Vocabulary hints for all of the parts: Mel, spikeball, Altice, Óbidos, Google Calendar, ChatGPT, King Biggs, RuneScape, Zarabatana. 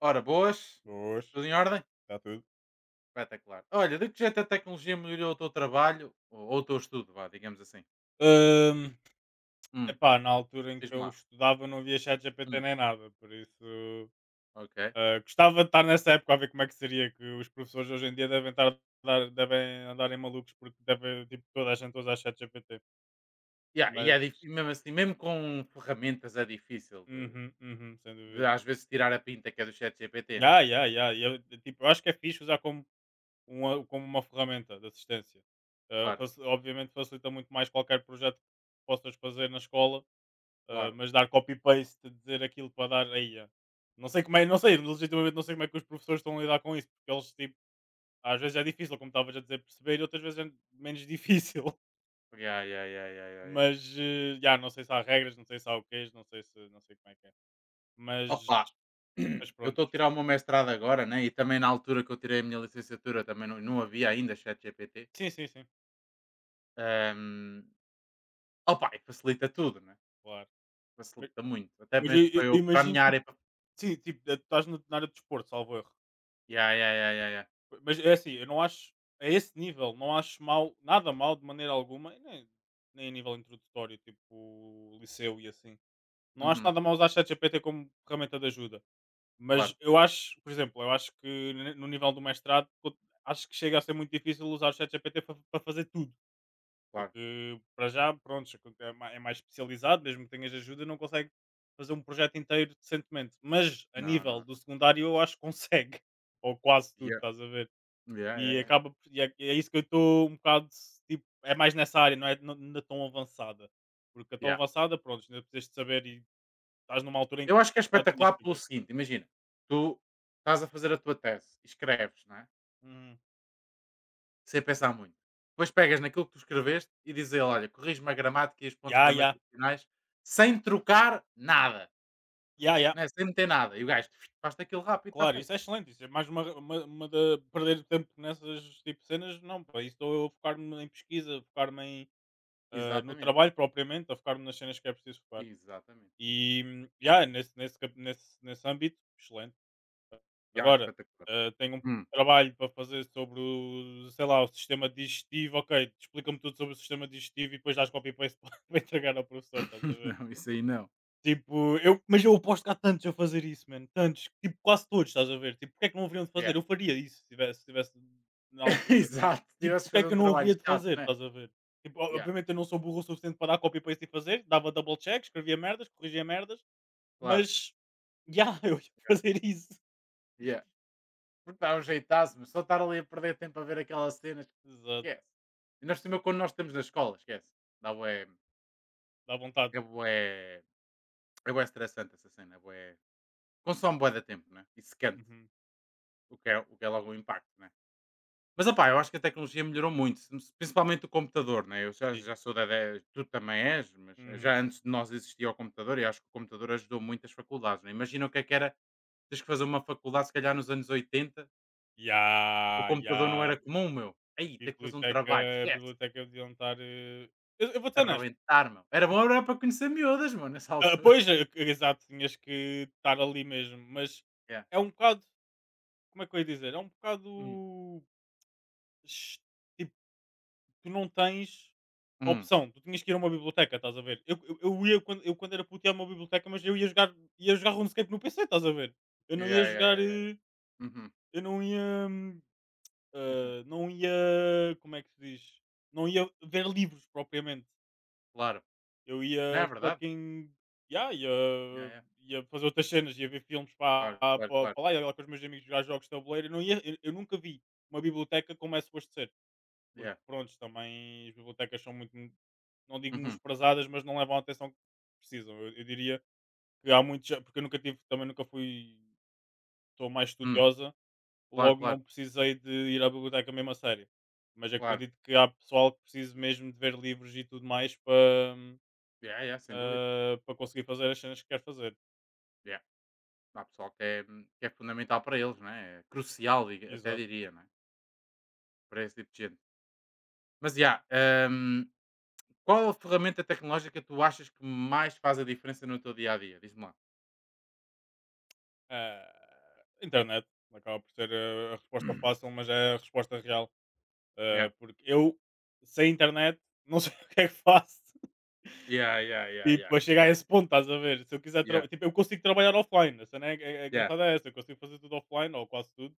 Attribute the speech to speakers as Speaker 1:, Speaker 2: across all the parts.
Speaker 1: Ora, boas.
Speaker 2: Boas,
Speaker 1: Tudo em ordem?
Speaker 2: está tudo.
Speaker 1: Espetacular. Olha, de que jeito a tecnologia melhorou o teu trabalho ou o teu estudo, vá, digamos assim?
Speaker 2: Hum,
Speaker 1: Hum,
Speaker 2: Epá, na altura em que
Speaker 1: diz-me
Speaker 2: eu
Speaker 1: lá.
Speaker 2: estudava não havia chat GPT
Speaker 1: Hum,
Speaker 2: nem nada, por isso
Speaker 1: ok.
Speaker 2: gostava de estar nessa época a ver como é que seria que os professores hoje em dia devem estar devem andarem malucos porque devem tipo toda a gente usar chat GPT.
Speaker 1: Yeah, e
Speaker 2: Mas
Speaker 1: é difícil, mesmo assim, mesmo com ferramentas é difícil de,
Speaker 2: uhum, uhum, sem
Speaker 1: de
Speaker 2: dúvida.
Speaker 1: às vezes tirar a pinta que é do chat GPT, né?
Speaker 2: Ya, ya, ya, e eu, tipo, eu acho que é fixe usar como uma ferramenta de assistência.
Speaker 1: Claro,
Speaker 2: Obviamente facilita muito mais qualquer projeto que possas fazer na escola.
Speaker 1: claro.
Speaker 2: Mas dar copy-paste, dizer aquilo para dar aí. Ah. Não sei como é, não sei, legitimamente não sei como é que os professores estão a lidar com isso, porque eles tipo, às vezes é difícil, como estavas a dizer, perceber, e outras vezes é menos difícil.
Speaker 1: Yeah, yeah, yeah, yeah, yeah, yeah.
Speaker 2: Mas já não sei se há regras, não sei se há o que não sei se não sei como é que é. Mas,
Speaker 1: Opa,
Speaker 2: mas
Speaker 1: eu
Speaker 2: pronto.
Speaker 1: estou a tirar o meu mestrado agora, né? E também na altura que eu tirei a minha licenciatura também não havia ainda chat GPT.
Speaker 2: Sim, sim, sim,
Speaker 1: Ahm, Opa, e facilita tudo, né?
Speaker 2: claro. Mas,
Speaker 1: Facilita muito. Até
Speaker 2: mas
Speaker 1: mesmo para
Speaker 2: eu
Speaker 1: eu para a
Speaker 2: imagino
Speaker 1: minha
Speaker 2: tipo,
Speaker 1: área pa
Speaker 2: sim, tipo, estás na área de desporto, salvo erro.
Speaker 1: yeah, yeah, yeah, yeah, yeah.
Speaker 2: Mas é assim, eu não acho a esse nível, não acho mal, nada mal de maneira alguma, e nem a nível introdutório, tipo liceu e assim. Não acho
Speaker 1: Uhum.
Speaker 2: nada mal usar ChatGPT como ferramenta de ajuda. Mas
Speaker 1: Claro,
Speaker 2: eu acho, por exemplo, eu acho que no nível do mestrado, acho que chega a ser muito difícil usar o ChatGPT para fazer tudo.
Speaker 1: claro.
Speaker 2: Porque para já, pronto, é é mais especializado, mesmo que tenhas ajuda, não consegue fazer um projeto inteiro decentemente. Mas a
Speaker 1: Não, não,
Speaker 2: nível
Speaker 1: não.
Speaker 2: do secundário, eu acho que consegue. Ou quase tudo,
Speaker 1: Yeah.
Speaker 2: estás a ver?
Speaker 1: Yeah, yeah,
Speaker 2: E
Speaker 1: yeah.
Speaker 2: acaba por e é é isso que eu estou um bocado tipo, é mais nessa área, não é na tão avançada. Porque a tão
Speaker 1: Yeah.
Speaker 2: avançada, pronto, ainda precisas de saber e estás numa altura em que
Speaker 1: Eu acho que é
Speaker 2: já devias
Speaker 1: espetacular pelo
Speaker 2: saber.
Speaker 1: seguinte, imagina, tu estás a fazer a tua tese, escreves, não é?
Speaker 2: Uhum.
Speaker 1: Sem pensar muito. Depois pegas naquilo que tu escreveste e dizes a ele, olha, corrige-me a gramática e os pontos
Speaker 2: Ya, ya.
Speaker 1: gramaticionais sem trocar nada,
Speaker 2: Ya, ya.
Speaker 1: né? Sem meter nada. E o gajo faz aquilo rápido e está
Speaker 2: Claro,
Speaker 1: feito.
Speaker 2: isso é excelente, isso é mais uma da perder tempo nessas, tipo, cenas, não, para isso estou eu a focar-me em pesquisa, a focar-me em, no
Speaker 1: Exatamente,
Speaker 2: trabalho propriamente, a focar-me nas cenas que é preciso focar.
Speaker 1: exatamente.
Speaker 2: E, ya, nesse âmbito, excelente.
Speaker 1: Yeah,
Speaker 2: Agora,
Speaker 1: espetacular.
Speaker 2: tenho um
Speaker 1: Hum.
Speaker 2: trabalho para fazer sobre o, sei lá, o sistema digestivo, ok, explica-me tudo sobre o sistema digestivo e depois dás copy-paste para entregar ao professor, estás a ver?
Speaker 1: Não, isso aí não.
Speaker 2: Tipo, eu, mas eu aposto que há tantos a fazer isso, mano, tantos, tipo, quase todos, estás a ver? Tipo, porque é que não haveriam de
Speaker 1: Yeah.
Speaker 2: fazer? Eu faria isso se tivesse, se tivesse na altura.
Speaker 1: Exato, se
Speaker 2: Tipo,
Speaker 1: tivesses que
Speaker 2: porque é
Speaker 1: fazer
Speaker 2: que
Speaker 1: um
Speaker 2: eu não
Speaker 1: trabalho
Speaker 2: haveria de
Speaker 1: chato,
Speaker 2: fazer,
Speaker 1: né?
Speaker 2: estás a ver? Tipo,
Speaker 1: Yeah,
Speaker 2: obviamente eu não sou burro o suficiente para dar copy-paste e fazer, dava double check, escrevia merdas, corrigia merdas,
Speaker 1: claro,
Speaker 2: mas, já, eu ia fazer isso.
Speaker 1: yeah. Porque dá um jeitaço, mas só estar ali a perder tempo a ver aquelas cenas,
Speaker 2: Exato,
Speaker 1: esquece. E nós também, quando nós estamos na escola, esquece. Dá bué,
Speaker 2: dá vontade.
Speaker 1: é bué, é bué estressante essa cena, é bué, consome bué de tempo, né? E secante,
Speaker 2: Uhum.
Speaker 1: o que é logo um impacto, né? Mas, opá, eu acho que a tecnologia melhorou muito, se- principalmente o computador, né? Eu já,
Speaker 2: Sim.
Speaker 1: já sou da... Tu também és, mas
Speaker 2: Uhum.
Speaker 1: já antes de nós existia o computador e acho que o computador ajudou muito as faculdades, né? Imagina o que é que era. Tens que fazer uma faculdade, se calhar nos anos 80,
Speaker 2: E
Speaker 1: o
Speaker 2: há, e
Speaker 1: computador não
Speaker 2: há
Speaker 1: era comum, meu. Aí, ter que fazer um
Speaker 2: biblioteca,
Speaker 1: trabalho, esquece.
Speaker 2: biblioteca deviam estar. Eu vou ser honesto.
Speaker 1: Arrebentar, meu. Era bom era para conhecer miúdas, mano, nessa
Speaker 2: Ah,
Speaker 1: altura.
Speaker 2: pois, exato, tinhas que estar ali mesmo, mas
Speaker 1: Yeah.
Speaker 2: é um bocado. Como é que eu ia dizer? É um bocado.
Speaker 1: Hum.
Speaker 2: ch- Tipo, tu não tens
Speaker 1: Hum.
Speaker 2: opção. Tu tinhas que ir a uma biblioteca, estás a ver? Eu ia, quando, eu quando era puto, ia a uma biblioteca, mas eu ia jogar RuneScape no PC, estás a ver? Eu não ia
Speaker 1: Yeah, yeah,
Speaker 2: jogar.
Speaker 1: yeah, yeah. Uhum.
Speaker 2: Eu não ia. Ah, não ia, como é que se diz? Não ia ver livros propriamente.
Speaker 1: Claro.
Speaker 2: Eu
Speaker 1: Não é
Speaker 2: ia
Speaker 1: verdade?
Speaker 2: fucking. Yeah, ia,
Speaker 1: Yeah, yeah.
Speaker 2: ia fazer outras cenas, ia ver filmes
Speaker 1: Claro,
Speaker 2: para,
Speaker 1: claro,
Speaker 2: para,
Speaker 1: claro.
Speaker 2: lá, ia lá com os meus amigos jogar jogos de tabuleiro. Eu, não ia, eu nunca vi uma biblioteca como é suposto ser, porque
Speaker 1: Yeah.
Speaker 2: pronto, também as bibliotecas são muito, não digo
Speaker 1: Uhum.
Speaker 2: menosprezadas, mas não levam a atenção que precisam. Eu diria que há muitos, porque eu nunca tive, também nunca fui, estou mais
Speaker 1: Hum.
Speaker 2: estudiosa,
Speaker 1: Claro,
Speaker 2: logo
Speaker 1: claro,
Speaker 2: não precisei de ir à biblioteca mesmo a sério. Mas
Speaker 1: claro.
Speaker 2: acredito que há pessoal que precisa mesmo de ver livros e tudo mais para,
Speaker 1: Yeah, yeah, sem dúvida.
Speaker 2: para conseguir fazer as cenas que quer fazer.
Speaker 1: Yeah. Há pessoal que é fundamental para eles, não é? É crucial, diga- até
Speaker 2: Exato.
Speaker 1: diria, não é? Para esse tipo de gente. Mas, yeah, hum, qual a ferramenta tecnológica tu achas que mais faz a diferença no teu dia a dia? Diz-me lá.
Speaker 2: Ah, internet. Acaba por ser a resposta fácil, mas é a resposta real.
Speaker 1: Yeah.
Speaker 2: Porque eu, sem internet, não sei o que é que faço.
Speaker 1: Yeah, yeah, yeah, yeah.
Speaker 2: Tipo, a chegar a
Speaker 1: Claro.
Speaker 2: esse ponto, estás a ver? Se eu quiser
Speaker 1: Yeah.
Speaker 2: trabalhar, tipo, eu consigo trabalhar offline. A cena é
Speaker 1: Yeah.
Speaker 2: engraçada é essa, eu consigo fazer tudo offline, ou quase tudo.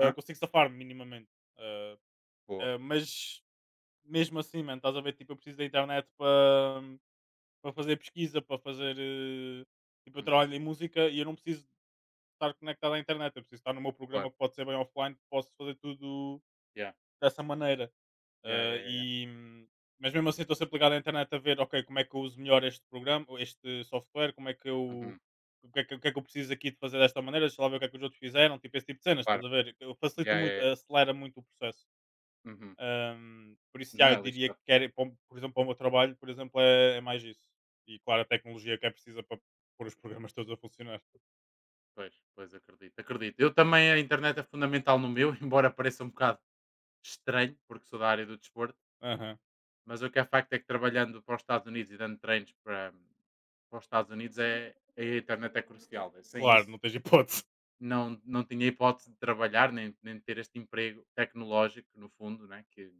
Speaker 2: Ah, consigo safar-me minimamente. Ah,
Speaker 1: Boa.
Speaker 2: mas mesmo assim, mano, estás a ver? Tipo, eu preciso da internet para fazer pesquisa, para fazer. Tipo, eu
Speaker 1: Uhum.
Speaker 2: trabalho em música e eu não preciso estar conectado à internet, eu preciso estar no meu programa
Speaker 1: Claro.
Speaker 2: que pode ser bem offline, que posso fazer tudo
Speaker 1: Yeah.
Speaker 2: dessa maneira.
Speaker 1: Yeah, yeah,
Speaker 2: Eh,
Speaker 1: yeah, yeah.
Speaker 2: e, hum, mas mesmo assim, estou sempre ligado à internet a ver, ok, como é que eu uso melhor este programa, ou este software, como é que eu.
Speaker 1: Uhum.
Speaker 2: O que é que eu preciso aqui de fazer desta maneira? Deixa lá ver o que é que os outros fizeram, tipo esse tipo de cenas,
Speaker 1: Claro.
Speaker 2: estás a ver? Facilita
Speaker 1: Yeah,
Speaker 2: muito,
Speaker 1: yeah, yeah.
Speaker 2: acelera muito o processo.
Speaker 1: Uhum.
Speaker 2: Por isso,
Speaker 1: Não,
Speaker 2: já, eu
Speaker 1: é
Speaker 2: diria
Speaker 1: lixado.
Speaker 2: que quer, para por exemplo, para o meu trabalho, por exemplo, é mais isso. E claro, a tecnologia que é precisa para pôr os programas todos a funcionar.
Speaker 1: Pois, pois acredito, acredito. Eu também a internet é fundamental no meu, embora pareça um bocado estranho, porque sou da área do desporto,
Speaker 2: Aham.
Speaker 1: mas o que é facto é que trabalhando para os Estados Unidos e dando treinos para, para os Estados Unidos é, a internet é crucial, né? Sem
Speaker 2: Claro,
Speaker 1: isso
Speaker 2: não tens hipótese.
Speaker 1: não, não tinha hipótese de trabalhar, nem de ter este emprego tecnológico, no fundo, né, que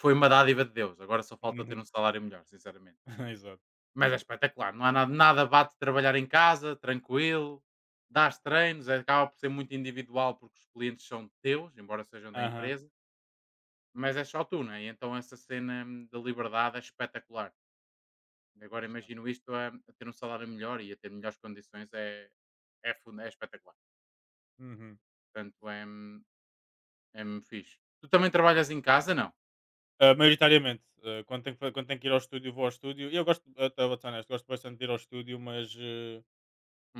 Speaker 1: foi uma dádiva de Deus, agora só falta ter um
Speaker 2: Uhum.
Speaker 1: salário melhor, sinceramente.
Speaker 2: Exato.
Speaker 1: Mas é espetacular, não há nada, nada bate trabalhar em casa, tranquilo, dás treinos, acaba por ser muito individual, porque os clientes são teus, embora sejam da
Speaker 2: Aham.
Speaker 1: empresa, mas é só tu, né, e então essa cena da liberdade é espetacular. Agora imagino isto a ter um salário melhor e a ter melhores condições é é fun é espetacular,
Speaker 2: Uhum.
Speaker 1: portanto, é é mesmo fixe. Tu também trabalhas em casa? Não?
Speaker 2: Maioritariamente, quando tenho que ir ao estúdio, vou ao estúdio. E eu gosto, eu estava honesto, gosto bastante de ir ao estúdio, mas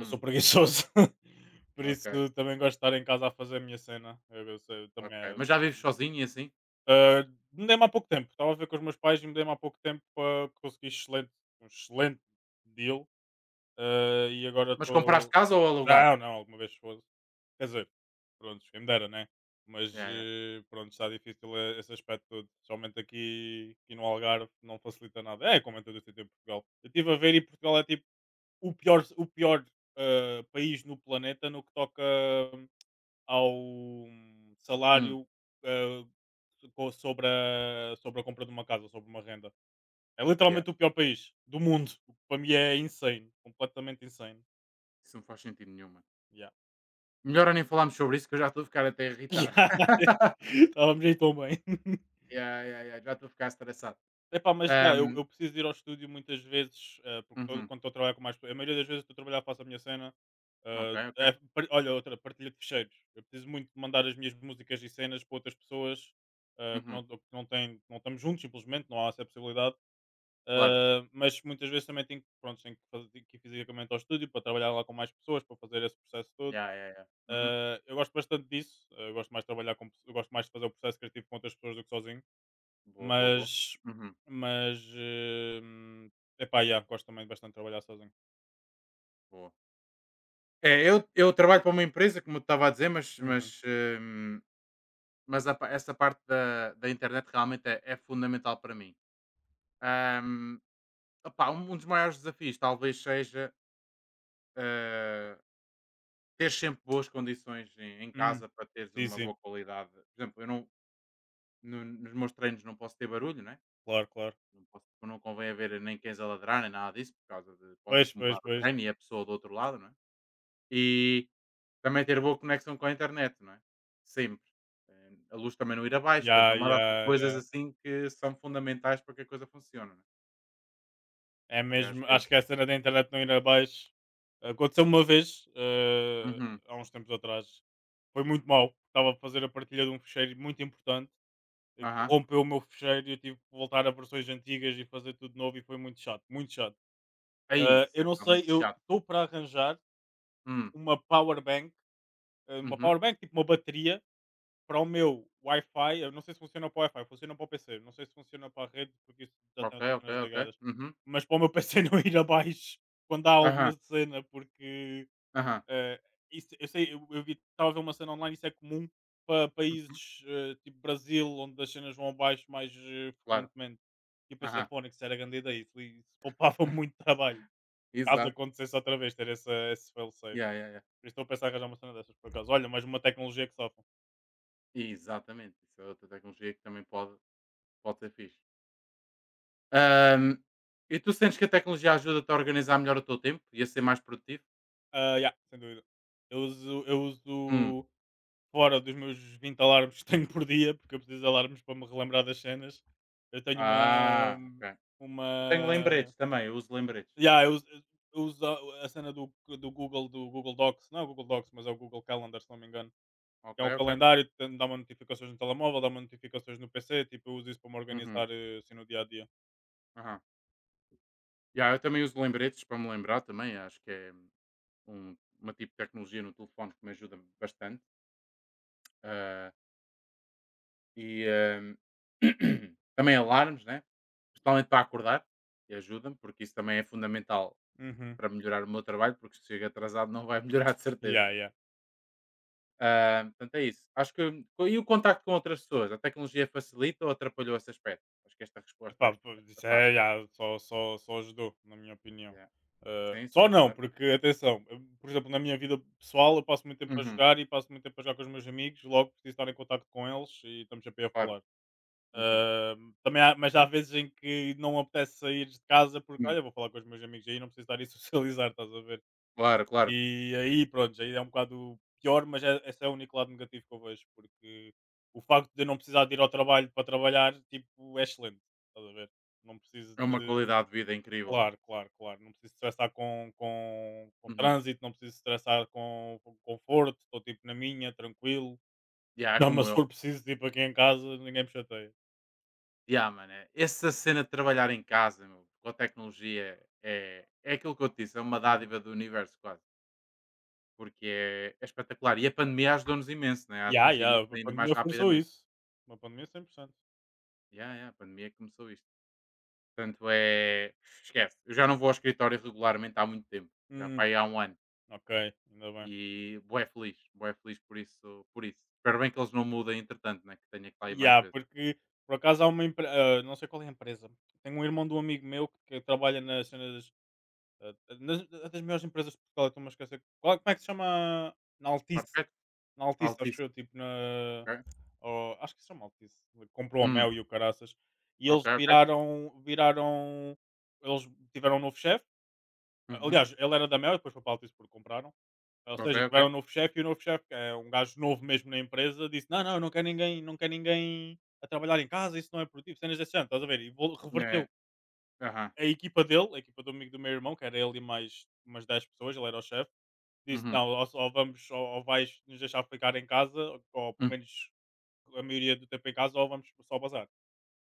Speaker 2: eu sou preguiçoso. Por
Speaker 1: ok,
Speaker 2: isso também gosto de estar em casa a fazer a minha cena. Eu sei, também
Speaker 1: ok.
Speaker 2: é
Speaker 1: Mas já vives sozinho e assim?
Speaker 2: Ah, mudei-me há pouco tempo. Estava a ver com os meus pais e mudei-me há pouco tempo para conseguir excelente, um excelente deal. Ah, e agora
Speaker 1: Mas compraste
Speaker 2: estou.
Speaker 1: casa ou alugar?
Speaker 2: Não, não, alguma vez fosse. Quer dizer, pronto, quem me dera, né? Mas
Speaker 1: Yeah, yeah.
Speaker 2: pronto, está difícil esse aspecto todo. Somente aqui, aqui no Algarve não facilita nada. É, como em todo este tempo Portugal. Eu estive a ver e Portugal é tipo o pior país no planeta no que toca ao
Speaker 1: Hum,
Speaker 2: salário, ah, sobre sobre a compra de uma casa, sobre uma renda. É
Speaker 1: yeah.
Speaker 2: literalmente o pior país do mundo. O que para mim é insane, completamente insane.
Speaker 1: Isso não faz sentido nenhuma.
Speaker 2: Yeah.
Speaker 1: Melhor é nem falarmos sobre isso que eu já estou a ficar até irritado.
Speaker 2: Yeah. Estávamos aí tão bem.
Speaker 1: Yeah, yeah, yeah. Já estou a ficar estressado.
Speaker 2: Epá, mas já,
Speaker 1: Ahm,
Speaker 2: eu preciso ir ao estúdio muitas vezes, porque
Speaker 1: uhum,
Speaker 2: quando estou a trabalhar com mais pessoas, a maioria das vezes estou a trabalhar, faço a minha cena.
Speaker 1: ok, ok.
Speaker 2: É olha, outra, partilha de fecheiros. Eu preciso muito de mandar as minhas músicas e cenas para outras pessoas
Speaker 1: Uhum,
Speaker 2: que não, têm, não estamos juntos, simplesmente, não há essa possibilidade.
Speaker 1: claro.
Speaker 2: Ah, mas muitas vezes também tenho, pronto, tenho que, fazer, tenho que ir fisicamente ao estúdio para trabalhar lá com mais pessoas, para fazer esse processo todo.
Speaker 1: Yeah, yeah, yeah. Uhum.
Speaker 2: Ah, eu gosto bastante disso, eu gosto mais de trabalhar com eu gosto mais de fazer o processo criativo com outras pessoas do que sozinho,
Speaker 1: Boa, boa, boa.
Speaker 2: mas,
Speaker 1: Uhum,
Speaker 2: mas hum, epá, yeah, gosto também bastante de trabalhar sozinho.
Speaker 1: boa. É, eu trabalho para uma empresa, como eu estava a dizer, mas,
Speaker 2: Uhum.
Speaker 1: mas, mas a pa- essa parte da internet realmente é, é fundamental para mim. Ahm, Opá, um dos maiores desafios talvez seja, eh, ter sempre boas condições em
Speaker 2: Uhum.
Speaker 1: casa para teres
Speaker 2: Sim,
Speaker 1: uma
Speaker 2: sim,
Speaker 1: boa qualidade. Por exemplo, eu não, no nos meus treinos não posso ter barulho, né,
Speaker 2: claro, claro.
Speaker 1: não posso, não convém haver nem cães a ladrar nem nada disso, por causa de pode
Speaker 2: Pois,
Speaker 1: incomodar
Speaker 2: pois,
Speaker 1: o
Speaker 2: pois.
Speaker 1: treino e a pessoa do outro lado, não é? E também ter boa conexão com a internet, não é? Sempre. A luz também não ir abaixo, portanto, é
Speaker 2: Yeah,
Speaker 1: uma data de
Speaker 2: yeah,
Speaker 1: coisas
Speaker 2: yeah.
Speaker 1: assim que são fundamentais para que a coisa funcione, não é?
Speaker 2: É
Speaker 1: E às
Speaker 2: mesmo, acho que
Speaker 1: vezes
Speaker 2: a cena da internet não ir abaixo. Aconteceu uma vez,
Speaker 1: uhum.
Speaker 2: há uns tempos atrás, foi muito mau. Estava a fazer a partilha de um fecheiro muito importante. E
Speaker 1: Aham.
Speaker 2: corrompeu o meu fecheiro e eu tive que voltar a versões antigas e fazer tudo de novo e foi muito chato, muito chato.
Speaker 1: É
Speaker 2: Ah,
Speaker 1: isso,
Speaker 2: eu
Speaker 1: é
Speaker 2: não
Speaker 1: realmente
Speaker 2: sei, eu
Speaker 1: chato.
Speaker 2: estou para arranjar
Speaker 1: Hum,
Speaker 2: uma power bank, uma
Speaker 1: uhum.
Speaker 2: power bank, tipo uma bateria, para o meu Wi-Fi. Eu não sei se funciona para o Wi-Fi, funciona para o PC. Não sei se funciona para a rede, porque isso já tem
Speaker 1: Ok,
Speaker 2: outras
Speaker 1: ok,
Speaker 2: cenas
Speaker 1: ok.
Speaker 2: ligadas.
Speaker 1: Uhum.
Speaker 2: Mas para o meu PC não ir abaixo quando há
Speaker 1: Aham,
Speaker 2: alguma cena, porque
Speaker 1: aham.
Speaker 2: eh, isso, eu sei, eu vi, estava a ver uma cena online, isso é comum para
Speaker 1: Uhum.
Speaker 2: países tipo Brasil, onde as cenas vão abaixo mais
Speaker 1: Claro.
Speaker 2: frequentemente. E eu pensei,
Speaker 1: Aham.
Speaker 2: pô, isso era a grande ideia, isso, isso poupava muito trabalho. Caso
Speaker 1: Exato.
Speaker 2: acontecesse outra vez, ter essa esse fail-safe.
Speaker 1: Yeah, yeah, yeah.
Speaker 2: Por isso estou a pensar em arranjar uma cena dessas, por acaso. Olha, mais uma tecnologia que sofre.
Speaker 1: Exatamente. Isso é outra tecnologia que também pode, pode ser fixe. Ahm, e tu sentes que a tecnologia ajuda-te a organizar melhor o teu tempo e a ser mais produtivo?
Speaker 2: Ah, yeah, sem dúvida. Eu
Speaker 1: Hum.
Speaker 2: uso fora dos meus 20 alarmes que tenho por dia, porque eu preciso de alarmes para me relembrar das cenas. Eu tenho
Speaker 1: Ah, ok. Eu tenho
Speaker 2: uma
Speaker 1: lembretes também, eu uso lembretes.
Speaker 2: Yeah, eu uso a cena do Google Docs, não é o Google Docs, mas é o Google Calendar, se não me engano.
Speaker 1: Ok,
Speaker 2: É um
Speaker 1: ok.
Speaker 2: calendário dá-me notificações no telemóvel, dá-me notificações no PC, tipo, eu uso isso para me
Speaker 1: Uhum.
Speaker 2: organizar assim no dia a dia.
Speaker 1: Aham. Yeah, eu também uso lembretes para me lembrar também. Acho que é um- uma tipo de tecnologia no telefone que me ajuda bastante. Ah, e também alarmes, né? Principalmente para acordar, e ajuda-me, porque isso também é fundamental
Speaker 2: Uhum.
Speaker 1: para melhorar o meu trabalho, porque se chega atrasado não vai melhorar de certeza,
Speaker 2: Yeah,
Speaker 1: né?
Speaker 2: yeah.
Speaker 1: Ah, portanto, é isso. Acho que e o contacto com outras pessoas? A tecnologia facilita ou atrapalhou esse aspecto? Acho que esta resposta
Speaker 2: Epá,
Speaker 1: é,
Speaker 2: pô,
Speaker 1: é
Speaker 2: isso é,
Speaker 1: fácil.
Speaker 2: yeah, só ajudou, na minha opinião.
Speaker 1: Yeah.
Speaker 2: Eh,
Speaker 1: Sim,
Speaker 2: só
Speaker 1: sim,
Speaker 2: não,
Speaker 1: claro.
Speaker 2: porque, atenção, eu, por exemplo, na minha vida pessoal, eu passo muito tempo a
Speaker 1: Uhum,
Speaker 2: jogar e passo muito tempo a jogar com os meus amigos, logo preciso estar em contato com eles e estamos sempre a
Speaker 1: claro.
Speaker 2: falar.
Speaker 1: Uhum,
Speaker 2: Ah, mas há vezes em que não apetece sair de casa porque,
Speaker 1: uhum.
Speaker 2: olha, vou falar com os meus amigos aí, não preciso estar aí a socializar, estás a ver?
Speaker 1: Claro, claro.
Speaker 2: E aí, pronto, aí é um bocado pior, mas é, esse é o único lado negativo que eu vejo, porque o facto de eu não precisar de ir ao trabalho para trabalhar, tipo, é excelente, estás a ver? Não preciso
Speaker 1: É uma
Speaker 2: de.
Speaker 1: qualidade de vida incrível, né?
Speaker 2: Claro, claro, claro. Não preciso estressar com
Speaker 1: Uhum.
Speaker 2: trânsito, não preciso estressar com conforto, estou tipo na minha, tranquilo.
Speaker 1: Yeah,
Speaker 2: Não,
Speaker 1: como
Speaker 2: mas se
Speaker 1: eu.
Speaker 2: for preciso, tipo aqui em casa, ninguém me chateia.
Speaker 1: Ya, mano, é- essa cena de trabalhar em casa meu, com a tecnologia é, é aquilo que eu te disse, é uma
Speaker 2: Uhum.
Speaker 1: dádiva do universo quase, porque é, é espetacular. E a pandemia ajudou-nos imenso né, a
Speaker 2: Ya,
Speaker 1: atingir
Speaker 2: ya,
Speaker 1: isso
Speaker 2: a
Speaker 1: ainda mais
Speaker 2: pandemia forçou
Speaker 1: rapidamente.
Speaker 2: isso. Uma pandemia 100%.
Speaker 1: Ya, ya, a pandemia começou isto. Portanto, é. Esquece. Eu já não vou ao escritório regularmente há muito tempo, já para
Speaker 2: Hum,
Speaker 1: aí há um ano.
Speaker 2: ok, ainda bem.
Speaker 1: E boé feliz por isso, por isso. Espero bem que eles não mudem, entretanto, né, que tenha que lá ir mais
Speaker 2: Ya,
Speaker 1: vezes.
Speaker 2: porque por acaso há uma empre não sei qual é a empresa. Tenho um irmão de um amigo meu que trabalha nas cenas, ah, nas das melhores empresas de Portugal, eu estou-me a esquecer. Qual como é que se chama? Na Altice.
Speaker 1: Perfeito,
Speaker 2: Na Altice, acho eu,
Speaker 1: altíssimo,
Speaker 2: tipo na,
Speaker 1: ok.
Speaker 2: ou acho que se chama Altice. Comprou a
Speaker 1: Hum,
Speaker 2: Mel e o caraças. E
Speaker 1: ok,
Speaker 2: eles
Speaker 1: ok.
Speaker 2: viraram viraram eles tiveram um novo chefe.
Speaker 1: Uhum,
Speaker 2: Aliás, ele era da Mel e depois foi para a Altice porque compraram. Ou
Speaker 1: ok,
Speaker 2: seja, tiveram
Speaker 1: ok.
Speaker 2: um novo chefe e o novo chefe, que é um gajo novo mesmo na empresa, disse: "Não, não," não quer ninguém, não quer ninguém a trabalhar em casa, isso não é produtivo, cenas desse género, estás a ver? E
Speaker 1: É,
Speaker 2: reverteu
Speaker 1: aham.
Speaker 2: a equipa dele, a equipa do amigo do meu irmão, que era ele e mais umas 10 pessoas, ele era o chefe, disse:
Speaker 1: Uhum.
Speaker 2: "Não, ou vamos, ou vais nos deixar ficar em casa, ou pelo
Speaker 1: Hum,
Speaker 2: menos a maioria do tempo em casa, ou vamos só bazar."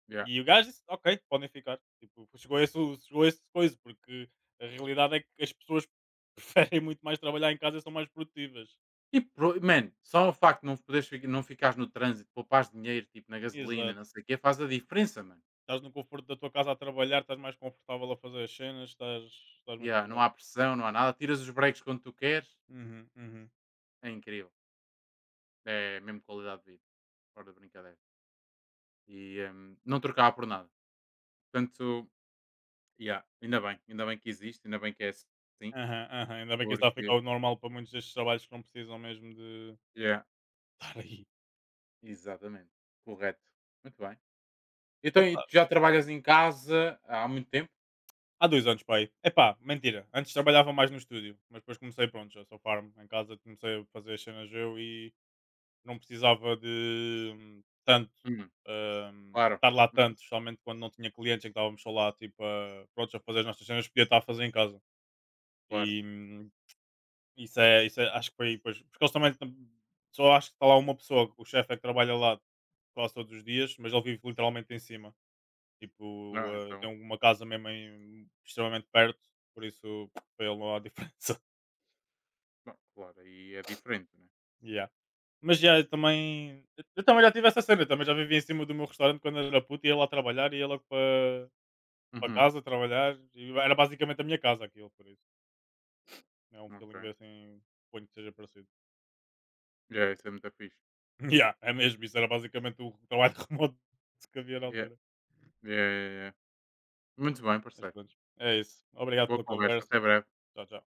Speaker 1: yeah.
Speaker 2: E o gajo disse: "Ok, podem ficar." Tipo, chegou esse coisa, porque a realidade é que as pessoas preferem muito mais trabalhar em casa e são mais produtivas.
Speaker 1: E, pro- man, só o facto de não, poderes, fi- não ficares no trânsito, poupares dinheiro, tipo, na gasolina,
Speaker 2: Exato.
Speaker 1: não sei o quê, faz a diferença, mano.
Speaker 2: Estás no conforto da tua casa a trabalhar, estás mais confortável a fazer as cenas, estás, estás muito
Speaker 1: Yeah, não
Speaker 2: melhor.
Speaker 1: há pressão, não há nada. Tiras os breaks quando tu queres.
Speaker 2: Uhum, uhum.
Speaker 1: É incrível. É mesmo qualidade de vida. Fora de brincadeira. E não trocava por nada. Portanto, yeah, ainda bem. Ainda bem que existe, ainda bem que é assim.
Speaker 2: Aham, aham. Ainda bem que isso está a ficar
Speaker 1: Porque,
Speaker 2: o normal para muitos destes trabalhos que não precisam mesmo de
Speaker 1: yeah,
Speaker 2: estar aí.
Speaker 1: exatamente. Correto. Muito bem. Então, e
Speaker 2: Epá,
Speaker 1: tu já trabalhas em casa há muito tempo?
Speaker 2: há 2 anos, pai. Epá, mentira. Antes trabalhava mais no estúdio, mas depois comecei, pronto, já sou farm. Em casa comecei a fazer as cenas eu e não precisava de tanto,
Speaker 1: Hum, claro.
Speaker 2: estar lá
Speaker 1: Uhum,
Speaker 2: tanto, especialmente quando não tinha clientes, em que estávamos só lá, tipo, a, pronto, a fazer as nossas cenas, podia estar a fazer em casa.
Speaker 1: claro.
Speaker 2: E hum, isso é acho que foi pois, porque eles também tam só acho que está lá uma pessoa, o chefe é que trabalha lá quase todos os dias, mas ele vive literalmente em cima. Tipo,
Speaker 1: Não, então
Speaker 2: tem uma casa mesmo em extremamente perto, por isso para ele não há diferença.
Speaker 1: bom, claro, aí é diferente, né?
Speaker 2: Yeah. Mas já eu também eu também já tive essa cena, eu também já vivia em cima do meu restaurante quando era puto, ia lá trabalhar, ia logo para para
Speaker 1: Uhum,
Speaker 2: casa trabalhar, e era basicamente a minha casa aquilo, por isso. É um
Speaker 1: ok.
Speaker 2: feeling assim, suponho que seja parecido.
Speaker 1: Yeah, isso é muito fixe.
Speaker 2: Yeah, é mesmo, isso era basicamente o trabalho remoto que havia na
Speaker 1: Yeah,
Speaker 2: altura.
Speaker 1: yeah, yeah, yeah. Muito bem,
Speaker 2: Mas
Speaker 1: parceiro.
Speaker 2: pronto, é isso. Obrigado
Speaker 1: Boa
Speaker 2: pela
Speaker 1: conversa,
Speaker 2: conversa.
Speaker 1: até breve.
Speaker 2: Tchau, tchau.